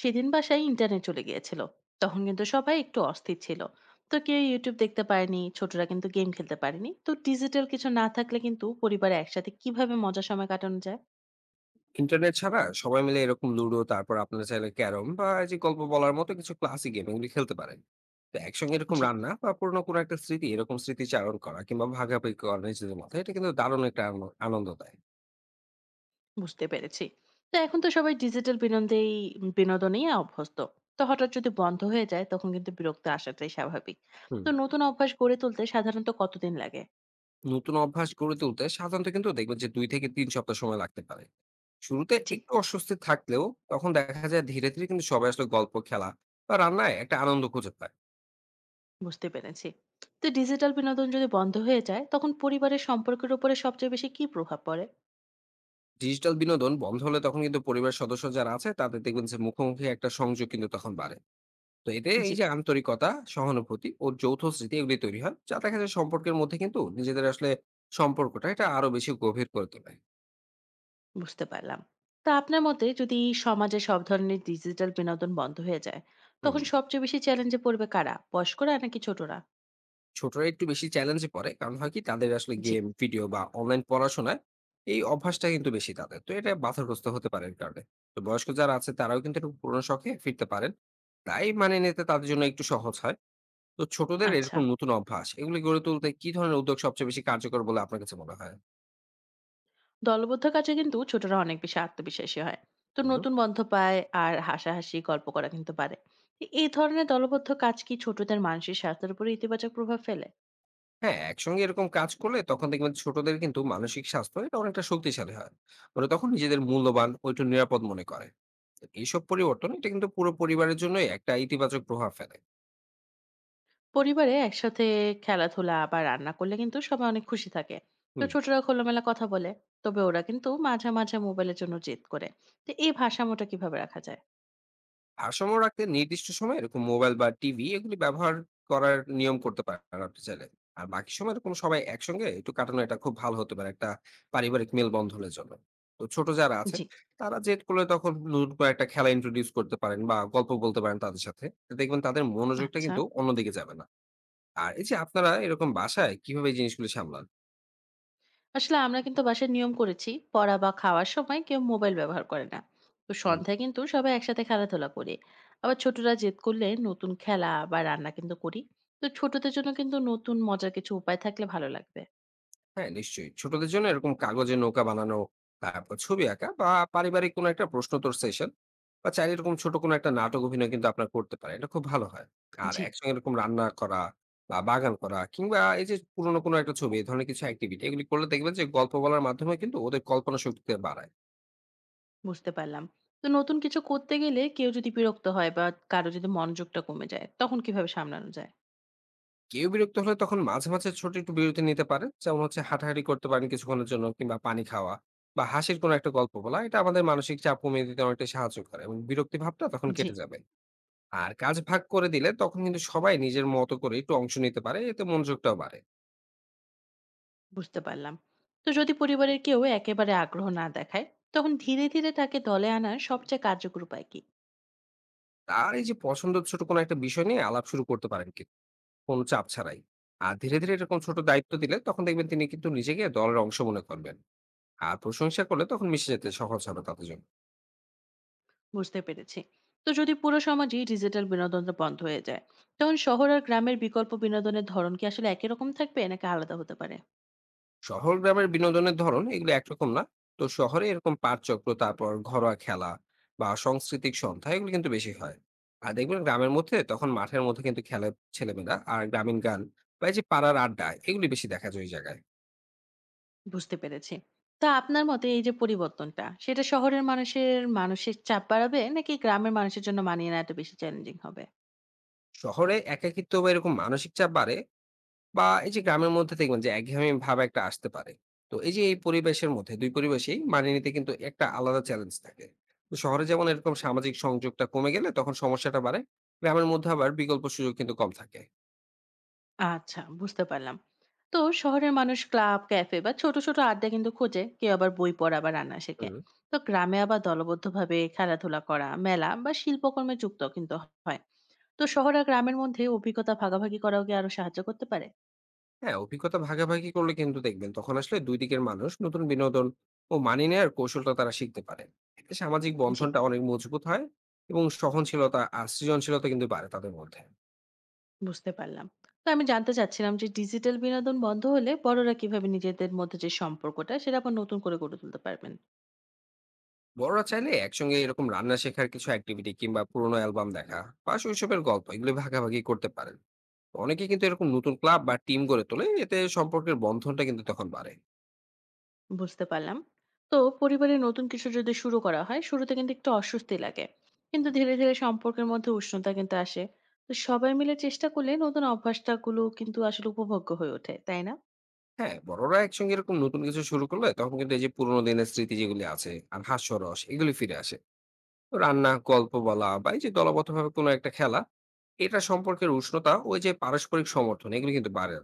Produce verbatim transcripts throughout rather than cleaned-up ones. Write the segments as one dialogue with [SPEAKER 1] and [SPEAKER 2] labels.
[SPEAKER 1] সেদিন বাসায় ইন্টারনেট চলে গিয়েছিল। তখন কিন্তু সবাই একটু অস্থির ছিল। তো কেউ ইউটিউব দেখতে পারেনি, ছোটরা কিন্তু গেম খেলতে পারেনি। তো ডিজিটাল কিছু না থাকলে কিন্তু পরিবারে একসাথে কিভাবে মজার সময় কাটানো যায়?
[SPEAKER 2] ইন্টারনেট ছাড়া সবাই মিলে এরকম লুডো, তারপর আপনারা চাইলে ক্যারম বা এই যে গল্প বলার মতো কিছু ক্লাসিক গেম এগুলি খেলতে পারেন। তো একসঙ্গে এরকম
[SPEAKER 1] জি,
[SPEAKER 2] রান্না বা পুরোনো কোনো একটা স্মৃতি এরকম স্মৃতিচারণ করা কিংবা ভাগাভাগি করা নিজেদের মধ্যে, এটা কিন্তু দারুণ একটা আন- আনন্দ দেয়।
[SPEAKER 1] বুঝতে পেরেছি। তো এখন তো সবাই ডিজিটাল বিনোদেই বিনোদনেই অভ্যস্ত। তো হঠাৎ যদি বন্ধ হয়ে যায়, তখন কিন্তু বিরক্ত আসাটাই স্বাভাবিক।
[SPEAKER 2] হুম।
[SPEAKER 1] তো নতুন অভ্যাস গড়ে তুলতে সাধারণত কতদিন লাগে?
[SPEAKER 2] নতুন অভ্যাস গড়ে তুলতে সাধারণত কিন্তু দেখবেন যে দুই থেকে তিন সপ্তাহ সময় লাগতে পারে। শুরুতে
[SPEAKER 1] জি,
[SPEAKER 2] একটু অস্বস্তি থাকলেও তখন দেখা যায় ধীরে ধীরে কিন্তু সবাই আসলে গল্প, খেলা বা রান্নায় একটা আনন্দ খুঁজে পায়।
[SPEAKER 1] বুঝতে পেরেছি। তো ডিজিটাল বিনোদন যদি বন্ধ হয়ে যায়, তখন পরিবারের সম্পর্কের উপরে সবচেয়ে বেশি কি প্রভাব পড়ে?
[SPEAKER 2] ডিজিটাল বিনোদন বন্ধ হলে তখন কিন্তু পরিবার সদস্য যারা আছে তাদের দেখবেন যে মুখোমুখি একটা সংযোগ কিন্তু তখন বাড়ে। তো এতে
[SPEAKER 1] জি,
[SPEAKER 2] এই যে আন্তরিকতা, সহানুভূতি ও যৌথ স্মৃতি এগুলি তৈরি হয়, যা দেখা যায় সম্পর্কের মধ্যে কিন্তু নিজেদের আসলে সম্পর্কটা এটা আরো বেশি গভীর করে তোলে।
[SPEAKER 1] বুঝতে পারলাম। তো আপনার মতে যদি সমাজে সব ধরনের ডিজিটাল বিনোদন বন্ধ হয়ে যায়,
[SPEAKER 2] হুম।
[SPEAKER 1] তখন সবচেয়ে বেশি চ্যালেঞ্জে পড়বে কারা? বয়স্করা নাকি ছোটরা?
[SPEAKER 2] ছোটরা একটু বেশি চ্যালেঞ্জে পড়ে, কারণ হয় কি তাদের আসলে
[SPEAKER 1] জি,
[SPEAKER 2] গেম, ভিডিও বা অনলাইন পড়াশোনায় এই অভ্যাসটা কিন্তু বেশি। তাদের তো এটা বাধাগ্রস্ত হতে পারে এর কারণে। তো বয়স্ক যারা আছে তারাও কিন্তু একটু পুরোনো শখে ফিরতে পারেন, তাই মানে নিতে তাদের জন্য একটু সহজ হয়। তো ছোটদের
[SPEAKER 1] আচ্ছা।
[SPEAKER 2] এরকম নতুন অভ্যাস এগুলি গড়ে তুলতে কি ধরনের উদ্যোগ সবচেয়ে বেশি কার্যকর বলে আপনার কাছে মনে হয়?
[SPEAKER 1] দলবদ্ধ কাজে কিন্তু ছোটরা অনেক বেশি আত্মবিশ্বাসী হয়। তো নতুন বন্ধ পায় আর হাসাহাসি গল্প করা কিন্তু পারে। তো এই ধরনের দলবদ্ধ কাজ কি ছোটদের মানসিক স্বাস্থ্যের উপর ইতিবাচক প্রভাব ফেলে?
[SPEAKER 2] হ্যাঁ, একসঙ্গে এরকম কাজ করলে তখন দেখবেন ছোটদের কিন্তু মানসিক স্বাস্থ্য এটা অনেকটা শক্তিশালী হয়। মানে তখন নিজেদের মূল্যবান ও একটু নিরাপদ মনে করে। এইসব পরিবর্তন এটা কিন্তু পুরো পরিবারের জন্যই একটা ইতিবাচক প্রভাব ফেলে।
[SPEAKER 1] পরিবারে একসাথে খেলাধুলা বা রান্না করলে কিন্তু সবাই অনেক খুশি থাকে। তো
[SPEAKER 2] হুম।
[SPEAKER 1] ছোটরা খোলামেলা কথা বলে, তবে ওরা কিন্তু মাঝে মাঝে মোবাইলের জন্য জেদ করে। তো এই ভারসাম্যটা কিভাবে রাখা যায়?
[SPEAKER 2] ভারসাম্য রাখতে নির্দিষ্ট সময় এরকম মোবাইল বা টিভি এগুলি ব্যবহার করার নিয়ম করতে পারেন আপনি চাইলে। আর বাকি সময় এরকম সবাই একসঙ্গে একটু কাটানো এটা খুব ভালো হতে পারে একটা পারিবারিক মেলবন্ধনের জন্য। তো ছোট যারা আছে
[SPEAKER 1] জি,
[SPEAKER 2] তারা জেদ করলে তখন নতুন করে একটা খেলা ইন্ট্রোডিউস করতে পারেন বা গল্প বলতে পারেন তাদের সাথে। তো দেখবেন তাদের মনোযোগটা
[SPEAKER 1] আচ্ছা।
[SPEAKER 2] কিন্তু অন্যদিকে যাবে না। আর এই যে আপনারা এরকম বাসায় কিভাবে এই জিনিসগুলো সামলান?
[SPEAKER 1] আসলে আমরা কিন্তু বাসায় নিয়ম করেছি, পড়া বা খাওয়ার সময় কেউ মোবাইল ব্যবহার করে না। তো সন্ধ্যায় কিন্তু সবাই একসাথে খেলাধুলা করি। আবার ছোটরা জেদ করলে নতুন খেলা বা রান্না কিন্তু করি। তো ছোটদের জন্য কিন্তু নতুন মজার কিছু উপায় থাকলে ভালো লাগবে।
[SPEAKER 2] হ্যাঁ, নিশ্চয়ই। ছোটদের জন্য এরকম কাগজে নৌকা বানানো, তারপর ছবি আঁকা বা পারিবারিক কোনো একটা প্রশ্নোত্তর সেশন বা চাইলে এরকম ছোট কোনো একটা নাটক অভিনয় কিন্তু আপনারা করতে পারেন। এটা খুব ভালো হয়। আর
[SPEAKER 1] জি,
[SPEAKER 2] একসঙ্গে এরকম রান্না করা বা বাগান করা কিংবা এই যে পুরনো কোনো একটা ছবি, এই ধরনের কিছু এক্টিভিটি এগুলি করলে দেখবেন যে গল্প বলার মাধ্যমে কিন্তু ওদের কল্পনা শক্তিটা বাড়ায়।
[SPEAKER 1] বুঝতে পারলাম। তো নতুন কিছু করতে গেলে কেউ যদি বিরক্ত হয় বা কারো যদি মনোযোগটা কমে যায়, তখন কিভাবে সামলানো যায়?
[SPEAKER 2] কেউ বিরক্ত হলে তখন মাঝে মাঝে ছোট একটু বিরতি নিতে পারে। যেমন হচ্ছে হাঁটাহাঁটি করতে পারেন কিছুক্ষণের জন্য, কিংবা পানি খাওয়া বা হাসির কোনো একটা গল্প বলা। এটা আমাদের মানসিক চাপ কমিয়ে দিতে অনেকটাই সাহায্য করে, এবং বিরক্তি ভাবটা তখন
[SPEAKER 1] জি,
[SPEAKER 2] কেটে যাবে। আর কাজ ভাগ করে দিলে তখন কিন্তু সবাই নিজের মতো করে একটু অংশ নিতে পারে, এতে মনোযোগটাও বাড়ে।
[SPEAKER 1] বুঝতে পারলাম। তো যদি পরিবারের কেউ একেবারে আগ্রহ না দেখায়, তখন ধীরে ধীরে তাকে দলে আনার সবচেয়ে কার্যকর উপায় কি?
[SPEAKER 2] আর এই যে পছন্দের ছোট কোনো একটা বিষয় নিয়ে আলাপ শুরু করতে পারেন কিন্তু কোনো চাপ ছাড়াই। আর ধীরে ধীরে এরকম ছোট দায়িত্ব দিলে তখন দেখবেন তিনি কিন্তু নিজেকে দলের অংশ মনে করবেন। আর প্রশংসা করলে তখন মিশে যেতে সহজ হবে তাদের জন্য।
[SPEAKER 1] বুঝতে পেরেছি। তো যদি পুরো সমাজই ডিজিটাল বিনোদনটা বন্ধ হয়ে যায়, তখন শহর আর গ্রামের বিকল্প বিনোদনের ধরন কি আসলে একই রকম থাকবে নাকি আলাদা হতে পারে?
[SPEAKER 2] শহর গ্রামের বিনোদনের ধরন এগুলো একরকম না। তো শহরে এরকম পাঠচক্র, তারপর ঘরোয়া খেলা বা সাংস্কৃতিক সন্ধ্যা এগুলো কিন্তু বেশি হয়। আর দেখবেন গ্রামের মধ্যে তখন মাঠের মধ্যে কিন্তু খেলে ছেলেমেয়েরা, আর গ্রামীণ গান বা এই যে পাড়ার আড্ডা এগুলি বেশি দেখা যায় ওই জায়গায়।
[SPEAKER 1] বুঝতে পেরেছি। তো আপনার মতে এই যে পরিবর্তনটা, সেটা শহরের মানুষের মানসিক চাপ বাড়াবে নাকি গ্রামের মানুষের জন্য মানিয়ে নেওয়াটা বেশি চ্যালেঞ্জিং হবে?
[SPEAKER 2] শহরে একাকিত্ব বা এরকম মানসিক চাপ বাড়ে, বা এই যে গ্রামের মধ্যে দেখবেন যে একঘেয়েমি ভাব একটা আসতে পারে। তো এই যে এই পরিবেশের মধ্যে, দুই পরিবেশেই মানিয়ে নিতে কিন্তু একটা আলাদা চ্যালেঞ্জ থাকে। তো শহরে যেমন এরকম সামাজিক সংযোগটা কমে গেলে তখন সমস্যাটা বাড়ে, গ্রামের মধ্যে আবার বিকল্প সুযোগ কিন্তু কম থাকে।
[SPEAKER 1] আচ্ছা, বুঝতে পারলাম। তো শহরের মানুষ ক্লাব, ক্যাফে বা ছোট ছোট আড্ডা কিন্তু খোঁজে। কেউ আবার বই পড়া বা রান্না শেখে।
[SPEAKER 2] হুম।
[SPEAKER 1] তো গ্রামে আবার দলবদ্ধভাবে খেলাধুলা করা, মেলা বা শিল্পকর্মে যুক্ত কিন্তু হয়। তো শহর আর গ্রামের মধ্যে অভিজ্ঞতা ভাগাভাগি করাও কি আরো সাহায্য করতে পারে?
[SPEAKER 2] হ্যাঁ, অভিজ্ঞতা ভাগাভাগি করলে কিন্তু দেখবেন তখন আসলে দুই দিকের মানুষ নতুন বিনোদন ও মানিয়ে নেওয়ার কৌশলটা তারা শিখতে পারে। এতে সামাজিক
[SPEAKER 1] জি।
[SPEAKER 2] বন্ধনটা অনেক মজবুত হয় এবং সহনশীলতা আর সৃজনশীলতা কিন্তু বাড়ে তাদের মধ্যে।
[SPEAKER 1] বুঝতে পারলাম। তো আমি জানতে চাচ্ছিলাম যে ডিজিটাল বিনোদন বন্ধ হলে বড়রা কিভাবে নিজেদের মধ্যে যে সম্পর্কটা, সেটা আবার নতুন করে গড়ে তুলতে পারবেন।
[SPEAKER 2] বড়রা চাইলে একসঙ্গে এরকম রান্না শেখার কিছু অ্যাক্টিভিটি, কিংবা পুরোনো অ্যালবাম দেখা বা শৈশবের গল্প এগুলো ভাগাভাগি করতে পারেন। অনেকে কিন্তু এরকম নতুন ক্লাব বা টিম গড়ে তোলে, এতে সম্পর্কের বন্ধনটা কিন্তু তখন বাড়ে।
[SPEAKER 1] বুঝতে পারলাম। তো পরিবারে নতুন কিছু যদি শুরু করা হয়, শুরুতে কিন্তু একটু অস্বস্তি লাগে, কিন্তু ধীরে ধীরে সম্পর্কের মধ্যে উষ্ণতা কিন্তু আসে। তো সবাই মিলে চেষ্টা করলে নতুন অভ্যাসটা গুলো কিন্তু আসলে উপভোগ্য হয়ে ওঠে, তাই না?
[SPEAKER 2] হ্যাঁ, বড়রা একসঙ্গে এরকম নতুন কিছু শুরু করলে তখন কিন্তু এই যে পুরোনো দিনের স্মৃতি যেগুলি আছে আর হাস্যরস এগুলি ফিরে আসে। তো রান্না, গল্প বলা বা এই যে দলবদ্ধভাবে কোনো একটা খেলা, এটা সম্পর্কের উষ্ণতা, ওই যে পারস্পরিক সমর্থন এগুলো কিন্তু বাড়ে।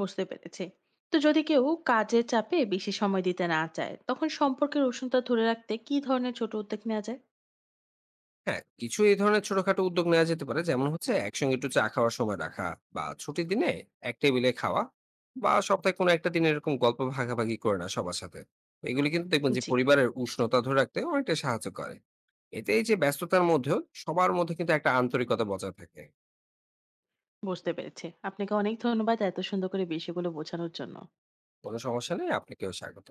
[SPEAKER 1] বুঝতে পেরেছি। তো যদি কেউ কাজের চাপে বেশি সময় দিতে না চায়, তখন সম্পর্কের উষ্ণতা ধরে রাখতে কি ধরনের ছোট উদ্যোগ নেওয়া যায়?
[SPEAKER 2] হ্যাঁ, কিছু এই ধরনের ছোটখাটো উদ্যোগ নেওয়া যেতে পারে। যেমন হচ্ছে একসঙ্গে একটু চা খাওয়ার সময় রাখা, বা ছুটির দিনে এক টেবিলে খাওয়া, বা সপ্তাহে কোনো একটা দিন এরকম গল্প ভাগাভাগি করে নেওয়া সবার সাথে। এগুলি কিন্তু দেখবেন যে
[SPEAKER 1] জি,
[SPEAKER 2] পরিবারের উষ্ণতা ধরে রাখতে অনেকটাই সাহায্য করে। এতে এই যে ব্যস্ততার মধ্যেও সবার মধ্যে কিন্তু একটা আন্তরিকতা বজায় থাকে।
[SPEAKER 1] বুঝতে পেরেছি। আপনাকে অনেক ধন্যবাদ এত সুন্দর করে বিষয়গুলো বোঝানোর জন্য।
[SPEAKER 2] কোনো সমস্যা নেই, আপনাকেও স্বাগত।